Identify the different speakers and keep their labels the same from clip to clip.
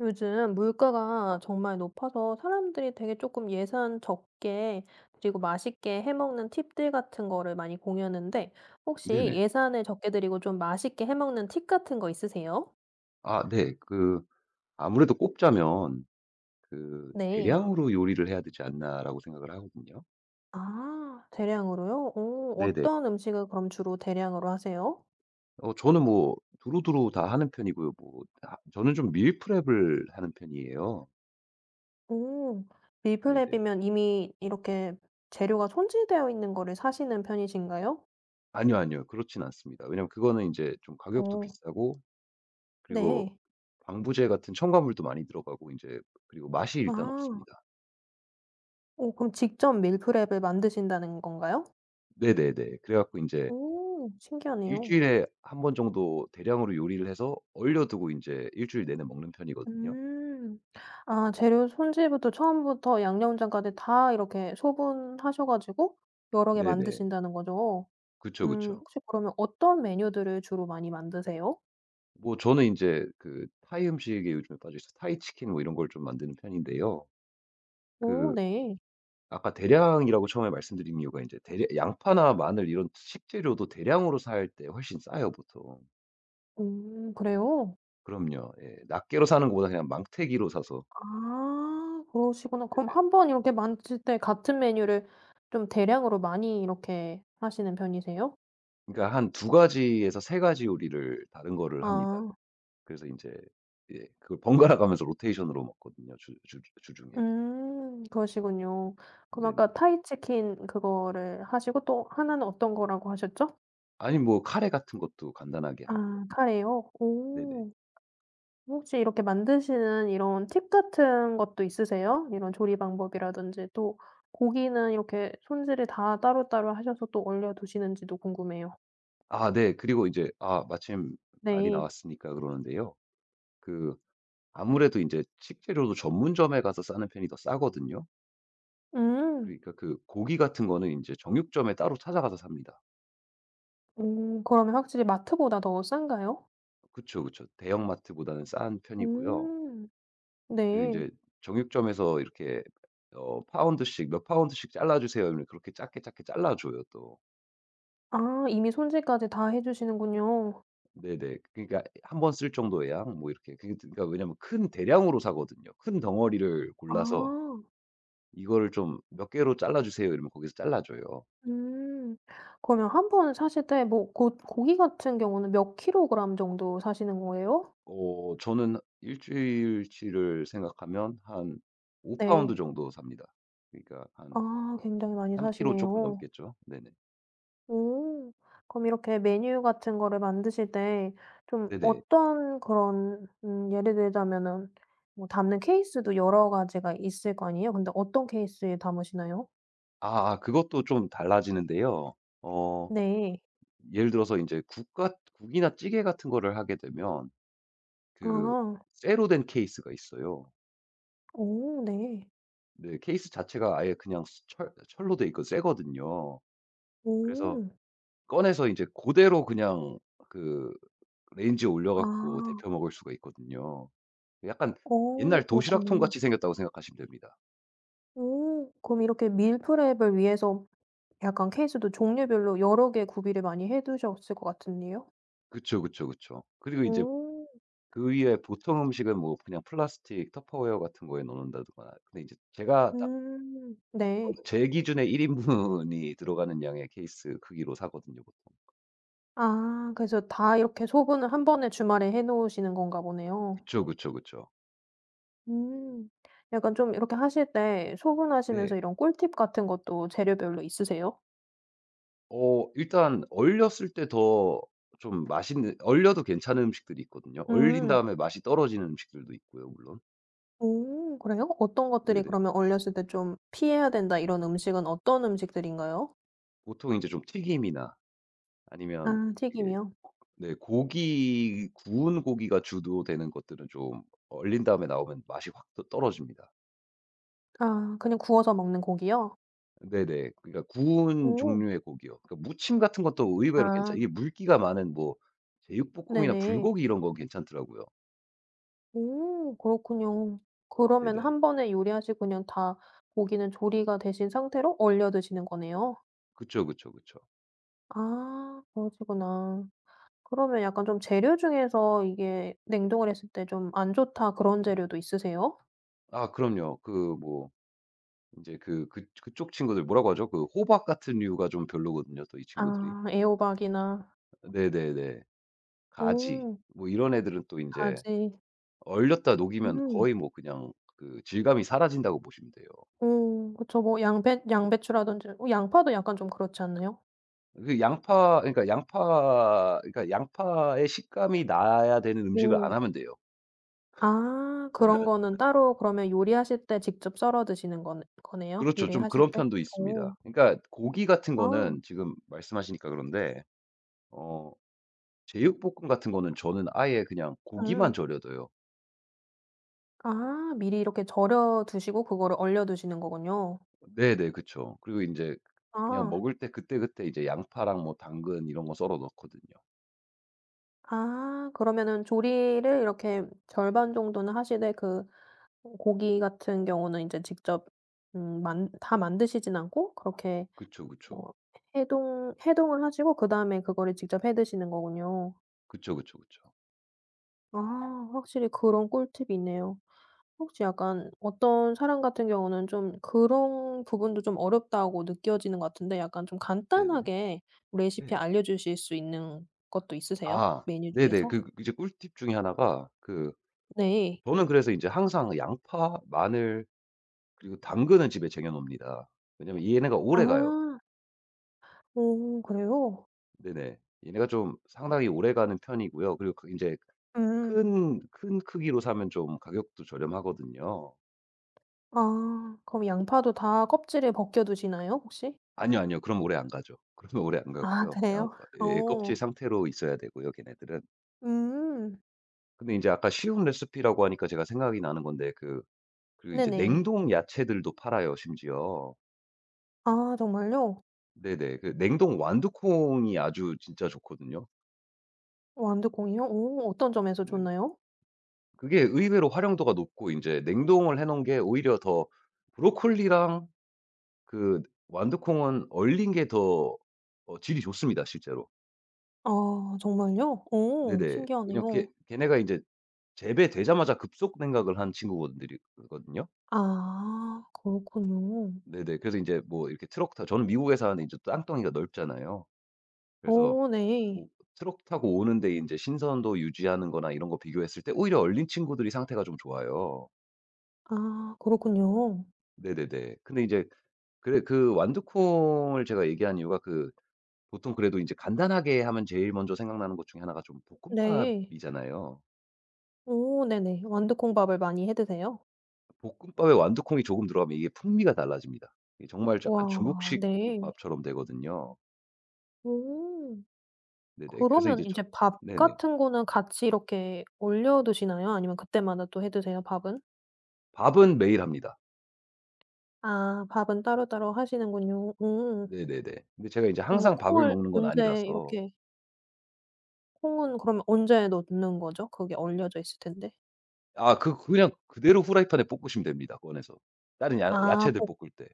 Speaker 1: 요즘 물가가 정말 높아서 사람들이 되게 조금 예산 적게 그리고 맛있게 해 먹는 팁들 같은 거를 많이 공유하는데 혹시
Speaker 2: 네네.
Speaker 1: 예산을 적게 드리고 좀 맛있게 해 먹는 팁 같은 거 있으세요?
Speaker 2: 아 네. 그 아무래도 꼽자면 그
Speaker 1: 네.
Speaker 2: '대량으로 요리를 해야 되지 않나.'라고 생각을 하거든요.
Speaker 1: 아 대량으로요? 어
Speaker 2: 네네.
Speaker 1: 어떤 음식을 그럼 주로 대량으로 하세요?
Speaker 2: 어 저는 뭐 두루두루 다 하는 편이고요. 뭐 다 저는 좀 밀프렙을 하는 편이에요.
Speaker 1: 오.
Speaker 2: 네네.
Speaker 1: 밀프렙이면 이미 이렇게 재료가 손질되어 있는 거를 사시는 편이신가요?
Speaker 2: 아니요, 아니요. 그렇진 않습니다. 왜냐면 그거는 이제 좀 가격도
Speaker 1: 어
Speaker 2: 비싸고 그리고
Speaker 1: 네.
Speaker 2: 방부제 같은 첨가물도 많이 들어가고 이제 그리고 맛이 일단
Speaker 1: 아.
Speaker 2: 없습니다.
Speaker 1: 오 그럼 직접 밀프렙을 만드신다는 건가요?
Speaker 2: 네네네. 그래 갖고 이제
Speaker 1: 오
Speaker 2: 일
Speaker 1: 신기하네요.
Speaker 2: 주일에 한 번 정도 대량으로 요리를 해서 얼려 두고 이제 1주일 내내 먹는 편이거든요.
Speaker 1: 음. 아 재료 손질부터 처음부터 양념장까지 다 이렇게 소분하셔 가지고 여러 개
Speaker 2: 네네.
Speaker 1: 만드신다는 거죠?
Speaker 2: 그쵸, 그쵸.
Speaker 1: 혹시 그러면 어떤 메뉴들을 주로 많이 만드세요?
Speaker 2: 뭐 저는 인제 그 타이 음식에 요즘에 빠져 있어서 타이 치킨 뭐 이런 걸 좀 만드는 편인데요.
Speaker 1: 오
Speaker 2: 그
Speaker 1: 네.
Speaker 2: 아까 대량이라고 처음에 말씀드린 이유가 인제 대량 양파나 마늘 이런 식재료도 대량으로 살 때 훨씬 싸요, 보통.
Speaker 1: 그래요?
Speaker 2: 그럼요. 예. 낱개로 사는 것보다 그냥 망태기로 사서
Speaker 1: 아 그러시구나. 그럼
Speaker 2: 네네.
Speaker 1: 한번 이렇게 만드실 때 같은 메뉴를 좀 대량으로 많이 이렇게 하시는 편이세요?
Speaker 2: 그러니까 한 두 가지에서 세 가지 요리를 다른 거를 합니다.
Speaker 1: 아.
Speaker 2: 그래서 인제 예 그걸 번갈아 가면서 로테이션으로 먹거든요, 주 주 주중에.
Speaker 1: 그러시군요. 그럼
Speaker 2: 네네.
Speaker 1: 아까 타이 치킨 그거를 하시고 또 하나는 어떤 거라고 하셨죠?
Speaker 2: 아니 뭐 카레 같은 것도 간단하게 하고요.
Speaker 1: 아 카레요?
Speaker 2: 네네.
Speaker 1: 오. 혹시 이렇게 만드시는 이런 팁 같은 것도 있으세요? 이런 조리 방법이라든지 또 고기는 이렇게 손질을 다 따로따로 하셔서 또 얼려 두시는지도 궁금해요.
Speaker 2: 아 네. 그리고 이제 아 마침 말이
Speaker 1: 네.
Speaker 2: 나왔으니까 그러는데요. 그 아무래도 이제 식재료도 전문점에 가서 싸는 편이 더 싸거든요.
Speaker 1: 음.
Speaker 2: 그러니까 그 고기 같은 거는 이제 정육점에 따로 찾아가서 삽니다.
Speaker 1: 그러면 확실히 마트보다 더 싼가요?
Speaker 2: 그쵸, 그쵸. 대형마트보다는 싼 편이고요.
Speaker 1: 음.
Speaker 2: 그리고 이
Speaker 1: 네.
Speaker 2: 제 정육점에서 이렇게 어 파운드씩 "몇 파운드씩 잘라 주세요." 이러면 그렇게 작게 작게 잘라 줘요 또.
Speaker 1: 아 이미 손질까지 다 해 주시는군요.
Speaker 2: 네네. 그러니까 한 번 쓸 정도의 양 뭐 이렇게. 그 그러니까 왜냐면 큰 대량으로 사거든요. 큰 덩어리를
Speaker 1: 아.
Speaker 2: 골라서 "이거를 좀 몇 개로 잘라 주세요." 이러면 거기서 잘라 줘요.
Speaker 1: 음. 그러면 한 번 사실 때 뭐 고 고기 같은 경우는 몇 킬로그램 정도 사시는 거예요?
Speaker 2: 어 저는 1주일치를 생각하면 한 5 파운드
Speaker 1: 네.
Speaker 2: 정도 삽니다. 그러니까 한
Speaker 1: 아 굉장히 많이
Speaker 2: 3 킬로 조금
Speaker 1: 사시네요.
Speaker 2: 넘겠죠. 네네.
Speaker 1: 오. 그럼 이렇게 메뉴 같은 거를 만드실 때 좀
Speaker 2: 네네.
Speaker 1: 어떤 그런 예를 들자면은 뭐 담는 케이스도 여러 가지가 있을 거 아니에요? 근데 어떤 케이스에 담으시나요?
Speaker 2: 아아 그것도 좀 달라지는데요. 어
Speaker 1: 네.
Speaker 2: 예를 들어서 이제 국 같 국이나 찌개 같은 거를 하게 되면 그
Speaker 1: 아.
Speaker 2: 쇠로 된 케이스가 있어요.
Speaker 1: 오 네.
Speaker 2: 네 케이스 자체가 아예 그냥 수- 철 철로 돼 있고 쇠거든요. 그래서
Speaker 1: 오.
Speaker 2: 꺼내서 이제 그대로 그냥 그 레인지에 올려
Speaker 1: 아.
Speaker 2: 갖고 데펴 먹을 수가 있거든요. 약간 옛날
Speaker 1: 어
Speaker 2: 도시락통
Speaker 1: 그렇군요.
Speaker 2: 같이 생겼다고 생각하시면 됩니다.
Speaker 1: 오. 그럼 이렇게 밀프렙을 위해서 약간 케이스도 종류별로 여러 개 구비를 많이 해 두셨을 것 같은데요.
Speaker 2: 그쵸, 그쵸, 그쵸. 그리고 이제
Speaker 1: 오.
Speaker 2: 그 위에 보통 음식은 뭐 그냥 플라스틱 터퍼웨어 같은 거에 넣는다거나 근데 이제 제가 딱
Speaker 1: 음.
Speaker 2: 어
Speaker 1: 네.
Speaker 2: 제 기준에 1 인분이 들어가는 양의 케이스 크기로 사거든요, 보통.
Speaker 1: 아 그래서 다 이렇게 소분을 한 번에 주말에 해 놓으시는 건가 보네요.
Speaker 2: 그쵸, 그쵸, 그쵸.
Speaker 1: 음. 약간 좀 이렇게 하실 때 소분하시면서
Speaker 2: 네.
Speaker 1: 이런 꿀팁 같은 것도 재료별로 있으세요?
Speaker 2: 어 일단 얼렸을 때 더 좀 맛있는 얼려도 괜찮은 음식들이 있거든요. 얼린
Speaker 1: 음.
Speaker 2: 다음에 맛이 떨어지는 음식들도 있고요, 물론.
Speaker 1: 오 그래요? 어떤 것들이
Speaker 2: 네네.
Speaker 1: 그러면 얼렸을 때 좀 피해야 된다 이런 음식은 어떤 음식들인가요?
Speaker 2: 보통 이제 좀 튀김이나 아니면
Speaker 1: 아
Speaker 2: 이게
Speaker 1: 튀김이요?
Speaker 2: 네 고기 구운 고기가 주도되는 것들은 좀 얼린 다음에 나오면 맛이 확 또 떨어집니다.
Speaker 1: 아 그냥 구워서 먹는 고기요?
Speaker 2: 네네. 그러니까 구운
Speaker 1: 오.
Speaker 2: 종류의 고기요. 그러니까 무침 같은 것도 의외로 괜찮
Speaker 1: 아
Speaker 2: 이게 물기가 많은 뭐 제육볶음이나
Speaker 1: 네네.
Speaker 2: 불고기 이런 건 괜찮더라고요.
Speaker 1: 오 그렇군요. 그러면
Speaker 2: 네네.
Speaker 1: 한 번에 요리하시고 그냥 다 고기는 조리가 되신 상태로 얼려 드시는 거네요?
Speaker 2: 그쵸, 그쵸, 그쵸.
Speaker 1: 아 그러시구나. 그러면 약간 좀 재료 중에서 이게 냉동을 했을 때 좀 안 좋다 그런 재료도 있으세요?
Speaker 2: 아 그럼요. 그 뭐 인제 그쪽 친구들 뭐라고 하죠? 그 호박 같은 류가 좀 별로거든요, 또 이 친구들이.
Speaker 1: 아 애호박이나
Speaker 2: 네네네. 가지
Speaker 1: 오
Speaker 2: 뭐 이런 애들은 또 인제
Speaker 1: 가지.
Speaker 2: 얼렸다 녹이면
Speaker 1: 음.
Speaker 2: 거의 뭐 그냥 그 질감이 사라진다고 보시면 돼요.
Speaker 1: 오 그쵸. 뭐 양배추라든지 어 양파도 약간 좀 그렇지 않나요?
Speaker 2: 양파의 식감이 나야 되는 음식을
Speaker 1: 오.
Speaker 2: 안 하면 돼요.
Speaker 1: 아 그런 거는 따로 그러면 요리하실 때 직접 썰어 드시는 거네요?
Speaker 2: 그렇죠. 좀
Speaker 1: 요리하실
Speaker 2: 그런
Speaker 1: 때?
Speaker 2: 편도
Speaker 1: 오,
Speaker 2: 있습니다. 그러니까 고기 같은
Speaker 1: 아.
Speaker 2: 거는 지금 말씀하시니까 그런데 어 제육볶음 같은 거는 저는 아예 그냥 고기만
Speaker 1: 음.
Speaker 2: 절여 둬요.
Speaker 1: 아 미리 이렇게 절여 두시고 그거를 얼려 두시는 거군요.
Speaker 2: 네네. 그쵸. 그리고 이제 그냥
Speaker 1: 아.
Speaker 2: 먹을 때 그때그때 이제 양파랑 뭐 당근 이런 거 썰어 넣거든요.
Speaker 1: 아 그러면은 조리를 이렇게 절반 정도는 하시되 그 고기 같은 경우는 인제 직접 만 다 만드시진 않고 그렇게
Speaker 2: 그쵸, 그쵸.
Speaker 1: 뭐 해동을 하시고 그다음에 그거를 직접 해 드시는 거군요.
Speaker 2: 그쵸, 그쵸, 그쵸.
Speaker 1: 아 확실히 그런 꿀팁이 있네요. 혹시 약간 어떤 사람 같은 경우는 좀 그런 부분도 좀 어렵다고 느껴지는 것 같은데 약간 좀
Speaker 2: 네네.
Speaker 1: 간단하게 레시피
Speaker 2: 네.
Speaker 1: 알려주실 수 있는 것도 있으세요?
Speaker 2: 아
Speaker 1: 메뉴
Speaker 2: 네네.
Speaker 1: 중에서?
Speaker 2: 그 이제 꿀팁 중에 하나가 그
Speaker 1: 네.
Speaker 2: 저는 그래서 이제 항상 양파, 마늘 그리고 당근은 집에 쟁여 놓습니다. 왜냐면 얘네가 오래가요.
Speaker 1: 아. 오 그래요?
Speaker 2: 네네. 얘네가 좀 상당히 오래가는 편이고요. 그리고 그제
Speaker 1: 음.
Speaker 2: 큰 큰 크기로 사면 좀 가격도 저렴하거든요.
Speaker 1: 아 그럼 양파도 다 껍질을 벗겨 두시나요 혹시?
Speaker 2: 아니요, 아니요. 그럼 오래 안 가죠. 그러면 오래 안
Speaker 1: 아
Speaker 2: 가고요. 그냥
Speaker 1: 그래요?
Speaker 2: 예예
Speaker 1: 어.
Speaker 2: 껍질 상태로 있어야 되고요, 걔네들은.
Speaker 1: 음.
Speaker 2: 근데 이제 아까 쉬운 레시피라고 하니까 제가 생각이 나는 건데 그 이제
Speaker 1: 네네.
Speaker 2: 냉동 야채들도 팔아요, 심지어.
Speaker 1: 아 정말요?
Speaker 2: 네네. 그 냉동 완두콩이 아주 진짜 좋거든요.
Speaker 1: 완두콩이요? 오 어떤 점에서
Speaker 2: 네네.
Speaker 1: 좋나요?
Speaker 2: 그게 의외로 활용도가 높고 인제 냉동을 해 놓은 게 오히려 더 브로콜리랑 그 완두콩은 얼린 게 더 어 질이 좋습니다 실제로.
Speaker 1: 아 정말요? 오
Speaker 2: 네네. 왜냐면 걔
Speaker 1: 신기하네요.
Speaker 2: 걔네가 인제 재배되자마자 급속 냉각을 한 친구분들이 거든요.
Speaker 1: 아 그렇군요.
Speaker 2: 네네. 그래서 인제 뭐 이렇게 트럭 타 저는 미국에 사는데 인제 땅덩이가 넓잖아요. 그래서
Speaker 1: 오 네.
Speaker 2: 뭐 트럭 타고 오는데 이제 신선도 유지하는 거나 이런 거 비교했을 때 오히려 얼린 친구들이 상태가 좀 좋아요.
Speaker 1: 아 그렇군요.
Speaker 2: 네네네. 근데 이제 그래 그 완두콩을 제가 얘기한 이유가 그 보통 그래도 이제 간단하게 하면 제일 먼저 생각나는 것 중에 하나가 좀
Speaker 1: 네.
Speaker 2: 볶음밥이잖아요.
Speaker 1: 오 네네. 완두콩밥을 많이 해 드세요?
Speaker 2: 볶음밥에 완두콩이 조금 들어가면 이게 풍미가 달라집니다. 이게 정말 약간
Speaker 1: 와
Speaker 2: 중국식
Speaker 1: 네.
Speaker 2: 볶음밥처럼 되거든요.
Speaker 1: 오.
Speaker 2: 네네. 그래서 이제
Speaker 1: 그러면
Speaker 2: 저
Speaker 1: 인제 밥
Speaker 2: 네네.
Speaker 1: 같은 거는 같이 이렇게 올려 두시나요? 아니면 그때마다 또 해 드세요, 밥은?
Speaker 2: 밥은 매일 합니다.
Speaker 1: 아 밥은 따로따로 하시는군요. 음.
Speaker 2: 네네네. 근데 제가 이제
Speaker 1: 그러면
Speaker 2: 항상 밥을
Speaker 1: 콩을
Speaker 2: 먹는 건
Speaker 1: 언제
Speaker 2: 아니라서
Speaker 1: 이렇게 콩은 그러면 언제 넣는 거죠? 그게 얼려져 있을 텐데.
Speaker 2: 아 그 그냥 그대로 후라이팬에 볶으시면 됩니다 꺼내서. 다른 야 야채들
Speaker 1: 아
Speaker 2: 볶을 때.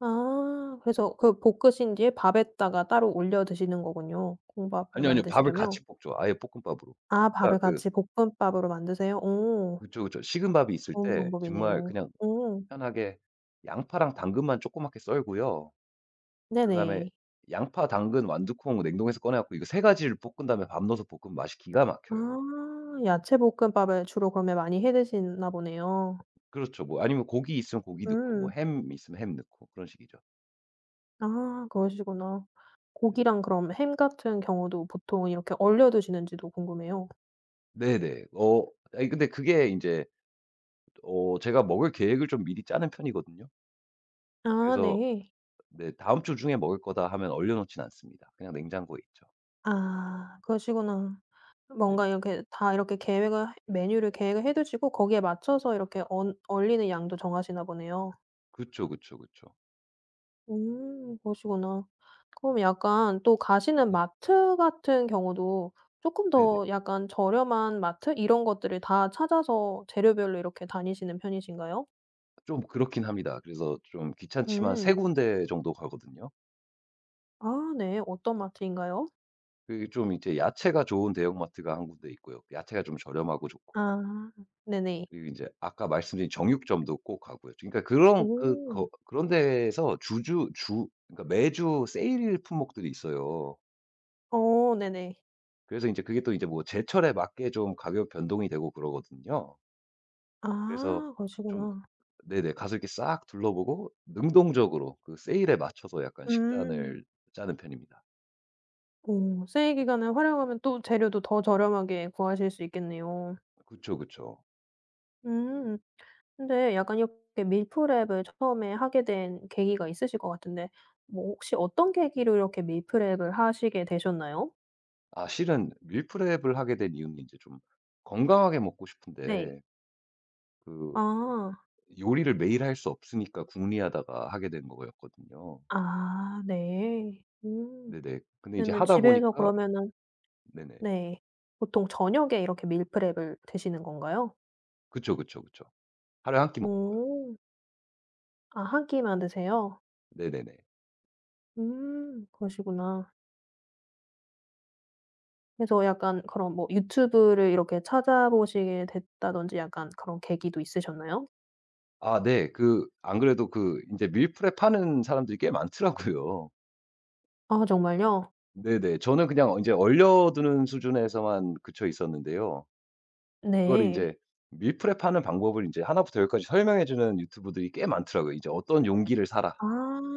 Speaker 1: 아 그래서 그 볶으신 뒤에 밥에다가 따로 올려 드시는 거군요, 콩밥을
Speaker 2: 아니요, 아니요. 밥을
Speaker 1: 만드시려면.
Speaker 2: 같이 볶죠. 아예 볶음밥으로.
Speaker 1: 아 밥을
Speaker 2: 그러니까 그
Speaker 1: 같이 볶음밥으로 만드세요? 오
Speaker 2: 그쵸, 그쵸. 식은 밥이 있을
Speaker 1: 좋은
Speaker 2: 때 정말
Speaker 1: 방법이네요.
Speaker 2: 그냥
Speaker 1: 오
Speaker 2: 편하게 양파랑 당근만 조그맣게 썰고요. 그다음에
Speaker 1: 네네.
Speaker 2: 양파, 당근, 완두콩 냉동해서 꺼내 갖고 이거 세 가지를 볶은 다음에 밥 넣어서 볶으면 맛이 기가
Speaker 1: 아
Speaker 2: 막혀요.
Speaker 1: 야채 볶음밥을 주로 그러면 많이 해 드시나 보네요.
Speaker 2: 그렇죠. 뭐 아니면 고기 있으면 고기 넣고 뭐
Speaker 1: 음.
Speaker 2: 햄 있으면 햄 넣고 그런 식이죠.
Speaker 1: 아 그러시구나.
Speaker 2: 네네.
Speaker 1: 고기랑 그럼 햄 같은 경우도 보통 이렇게 얼려 드시는지도 궁금해요.
Speaker 2: 네네. 어 아니 근데 그게 인제 어 제가 먹을 계획을 좀 미리 짜는 편이거든요.
Speaker 1: 아
Speaker 2: 그래서
Speaker 1: 네.
Speaker 2: 네 "다음 주 중에 먹을 거다." 하면 얼려 놓진 않습니다. 그냥 냉장고에 있죠.
Speaker 1: 아 그러시구나.
Speaker 2: 네네.
Speaker 1: 뭔가 이렇게 다 이렇게 계획을 메뉴를 계획을 해 두시고 거기에 맞춰서 이렇게 언 얼리는 양도 정하시나 보네요.
Speaker 2: 그쵸, 그쵸, 그쵸.
Speaker 1: 그러시구나. 그럼 약간 또 가시는
Speaker 2: 네.
Speaker 1: 마트 같은 경우도 쪼끔
Speaker 2: 네네.
Speaker 1: 더 약간 저렴한 마트 이런 것들을 다 찾아서 재료별로 이렇게 다니시는 편이신가요?
Speaker 2: 좀 그렇긴 합니다. 그래서 좀 귀찮지만 세
Speaker 1: 음.
Speaker 2: 군데 정도 가거든요.
Speaker 1: 아 네. 어떤 마트인가요?
Speaker 2: 그게 좀 이제 야채가 좋은 대형마트가 한 군데 있고요. 야채가 좀 저렴하고 좋고.
Speaker 1: 아 네네.
Speaker 2: 그리고 이제 아까 말씀드린 정육점도 꼭 가고요. 그러니까 그런 그
Speaker 1: 오.
Speaker 2: 거 그런 데에서 주주 주 그러니까 매주 세일 품목들이 있어요.
Speaker 1: 어 네네.
Speaker 2: 그래서 이제 그게 또 이제 뭐 제철에 맞게 좀 가격 변동이 되고 그러거든요. 그래서
Speaker 1: 아
Speaker 2: 좀
Speaker 1: 그러시구나.
Speaker 2: 네네. 가서 이렇게 싹 둘러보고 능동적으로 그 세일에 맞춰서 약간
Speaker 1: 음.
Speaker 2: 식단을 짜는 편입니다.
Speaker 1: 오 세일 기간을 활용하면 또 재료도 더 저렴하게 구하실 수 있겠네요.
Speaker 2: 그쵸, 그쵸.
Speaker 1: 음 근데 약간 이렇게 밀프렙을 처음에 하게 된 계기가 있으실 것 같은데 뭐 혹시 어떤 계기로 이렇게 밀프렙을 하시게 되셨나요?
Speaker 2: 아 실은 밀프렙을 하게 된 이유는 인제 좀 건강하게 먹고
Speaker 1: 네.
Speaker 2: 싶은데 그
Speaker 1: 아.
Speaker 2: 요리를 매일 할 수 없으니까 궁리하다가 하게 된 거였거든요.
Speaker 1: 아 네. 음.
Speaker 2: 네네. 근데 이제
Speaker 1: 그러면은
Speaker 2: 하다
Speaker 1: 집에서
Speaker 2: 보니까
Speaker 1: 그러면은
Speaker 2: 네네.
Speaker 1: 네. 보통 저녁에 이렇게 밀프렙을 드시는 건가요?
Speaker 2: 그쵸, 그쵸, 그쵸. 하루에 한 끼 먹고요.
Speaker 1: 오. 아 한 끼만 드세요?
Speaker 2: 네네네.
Speaker 1: 그러시구나. 그래서 약간 그런 뭐 유튜브를 이렇게 찾아보시게 됐다든지 약간 그런 계기도 있으셨나요?
Speaker 2: 아 네. 그 안 그래도 그 인제 밀프렙 하는 사람들이 꽤 많더라고요.
Speaker 1: 아 정말요?
Speaker 2: 네네. 저는 그냥 이제 얼려두는 수준에서만 그쳐 있었는데요. 그거를
Speaker 1: 네.
Speaker 2: 인제 밀 프렙하는 방법을 인제 하나부터 열까지 설명해 주는 유튜브들이 꽤 많더라고요. 이제 "어떤 용기를 사라."
Speaker 1: 아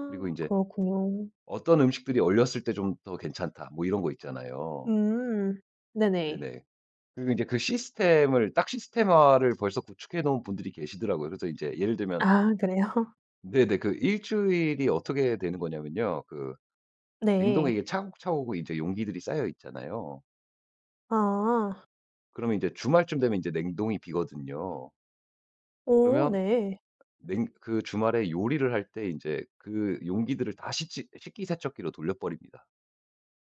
Speaker 2: 그리고 인제
Speaker 1: 그렇군요.
Speaker 2: "어떤 음식들이 얼렸을 때 좀 더 괜찮다." 뭐 이런 거 있잖아요.
Speaker 1: 음. 네네.
Speaker 2: 네네. 그리고 인제 그 시스템을 딱 시스템화를 벌써 구축해 놓은 분들이 계시더라고요. 그래서 이제 예를 들면
Speaker 1: 아 그래요?
Speaker 2: 네네. 그 1주일이 어떻게 되는 거냐면요. 그 냉동에 이게
Speaker 1: 네.
Speaker 2: 차곡차곡 이제 용기들이 쌓여 있잖아요.
Speaker 1: 아.
Speaker 2: 그러면 이제 주말쯤 되면 이제 냉동이 비거든요.
Speaker 1: 오
Speaker 2: 그러면
Speaker 1: 네.
Speaker 2: 냉 그 주말에 요리를 할 때 이제 그 용기들을 다 식지 식기세척기로 돌려버립니다.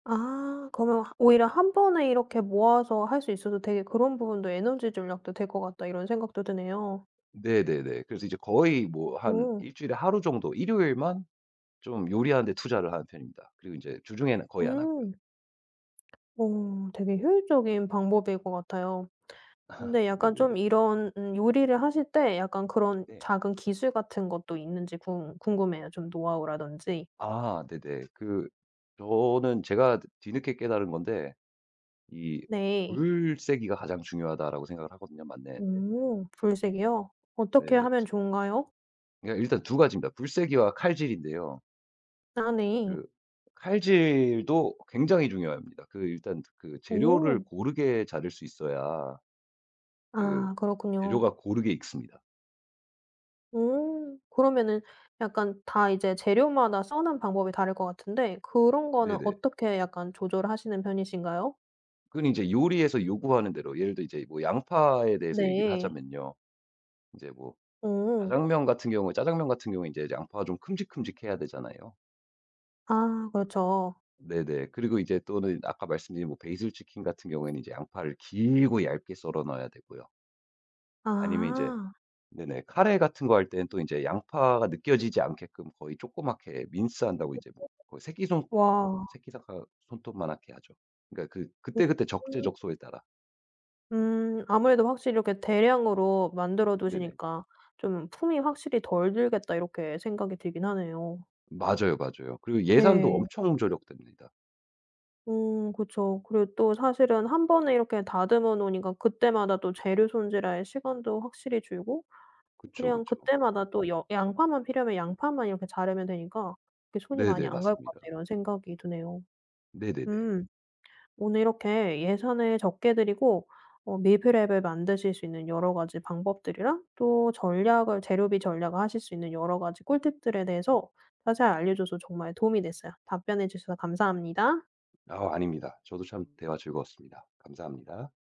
Speaker 1: 아 그러면 오히려 '한 번에 이렇게 모아서 할 수 있어서 되게 그런 부분도 에너지 절약도 될 것 같다.' 이런 생각도 드네요.
Speaker 2: 네네네. 그래서 이제 거의 뭐 한
Speaker 1: 오.
Speaker 2: 1주일에 하루 정도 일요일만 좀 요리하는 데 투자를 하는 편입니다. 그리고 이제 주중에는 거의 안 하고요.
Speaker 1: 음. 어 되게 효율적인 방법일 것 같아요. 근데 약간
Speaker 2: 네네네.
Speaker 1: 좀 이런 요리를 하실 때 약간 그런
Speaker 2: 네.
Speaker 1: 작은 기술 같은 것도 있는지 궁 궁금해요. 좀 노하우라든지.
Speaker 2: 아 네네. 그 저는 제가 뒤늦게 깨달은 건데 이
Speaker 1: 네.
Speaker 2: '불 세기가 가장 중요하다.'라고 생각을 하거든요, 만내는데.
Speaker 1: 오 불색이요? 어떻게
Speaker 2: 네네.
Speaker 1: 하면 좋은가요?
Speaker 2: 그러니까 일단 두 가지입니다. 불 세기와 칼질인데요.
Speaker 1: 아 네.
Speaker 2: 그 칼질도 굉장히 중요합니다. 그 일단 그 재료를
Speaker 1: 오.
Speaker 2: 고르게 자를 수 있어야 그
Speaker 1: 아 그렇군요.
Speaker 2: 재료가 고르게 익습니다.
Speaker 1: 그러면은 약간 다 이제 재료마다 써는 방법이 다를 것 같은데 그런 거는
Speaker 2: 네네.
Speaker 1: 어떻게 약간 조절하시는 편이신가요?
Speaker 2: 그건 이제 요리에서 요구하는 대로 예를 들어 이제 뭐 양파에 대해서 얘기를
Speaker 1: 네.
Speaker 2: 하자면요. 이제뭐
Speaker 1: 오.
Speaker 2: 자장면 같은 경우에 짜장면 같은 경우에 이제 양파가 좀 큼직큼직해야 되잖아요.
Speaker 1: 아 그렇죠.
Speaker 2: 네네. 그리고 이제 또는 아까 말씀드린 뭐 베이슬 치킨 같은 경우에는 이제 양파를 길고 얇게 썰어 넣어야 되고요. 아니면 이제
Speaker 1: 아.
Speaker 2: 네네. 카레 같은 거 할 때는 또 이제 양파가 느껴지지 않게끔 거의 조그맣게 민스한다고 이제 뭐 거의 새끼손톱
Speaker 1: 와.
Speaker 2: 새끼손가 손톱만하게 하죠. 그러니까 그 그때그때
Speaker 1: 음.
Speaker 2: 적재적소에 따라.
Speaker 1: 아무래도 확실히 이렇게 대량으로 만들어
Speaker 2: 네네.
Speaker 1: 두시니까 좀 '품이 확실히 덜 들겠다.' 이렇게 생각이 들긴 하네요.
Speaker 2: 맞아요, 맞아요. 그리고 예산도
Speaker 1: 예.
Speaker 2: 엄청 절약됩니다.
Speaker 1: 그쵸. 그리고 또 사실은 한 번에 이렇게 다듬어 놓으니까 그때마다 또 재료 손질할 시간도 확실히 줄고
Speaker 2: 그쵸,
Speaker 1: 그냥
Speaker 2: 그쵸.
Speaker 1: 그때마다 또 여 양파만 필요하면 양파만 이렇게 자르면 되니까 렇게 '손이 많이
Speaker 2: 네네.
Speaker 1: 안 갈 것 같다.'
Speaker 2: 맞습니다.
Speaker 1: 이런 생각이 드네요.
Speaker 2: 네네네.
Speaker 1: 음. 오늘 이렇게 예산을 적게 들이고 어 밀프렙을 만드실 수 있는 여러 가지 방법들이랑 또 전략을 재료비 전략을 하실 수 있는 여러 가지 꿀팁들에 대해서 자세히 알려줘서 정말 도움이 됐어요. 답변해 주셔서 감사합니다.
Speaker 2: 아 아닙니다. 저도 참 대화 즐거웠습니다. 감사합니다.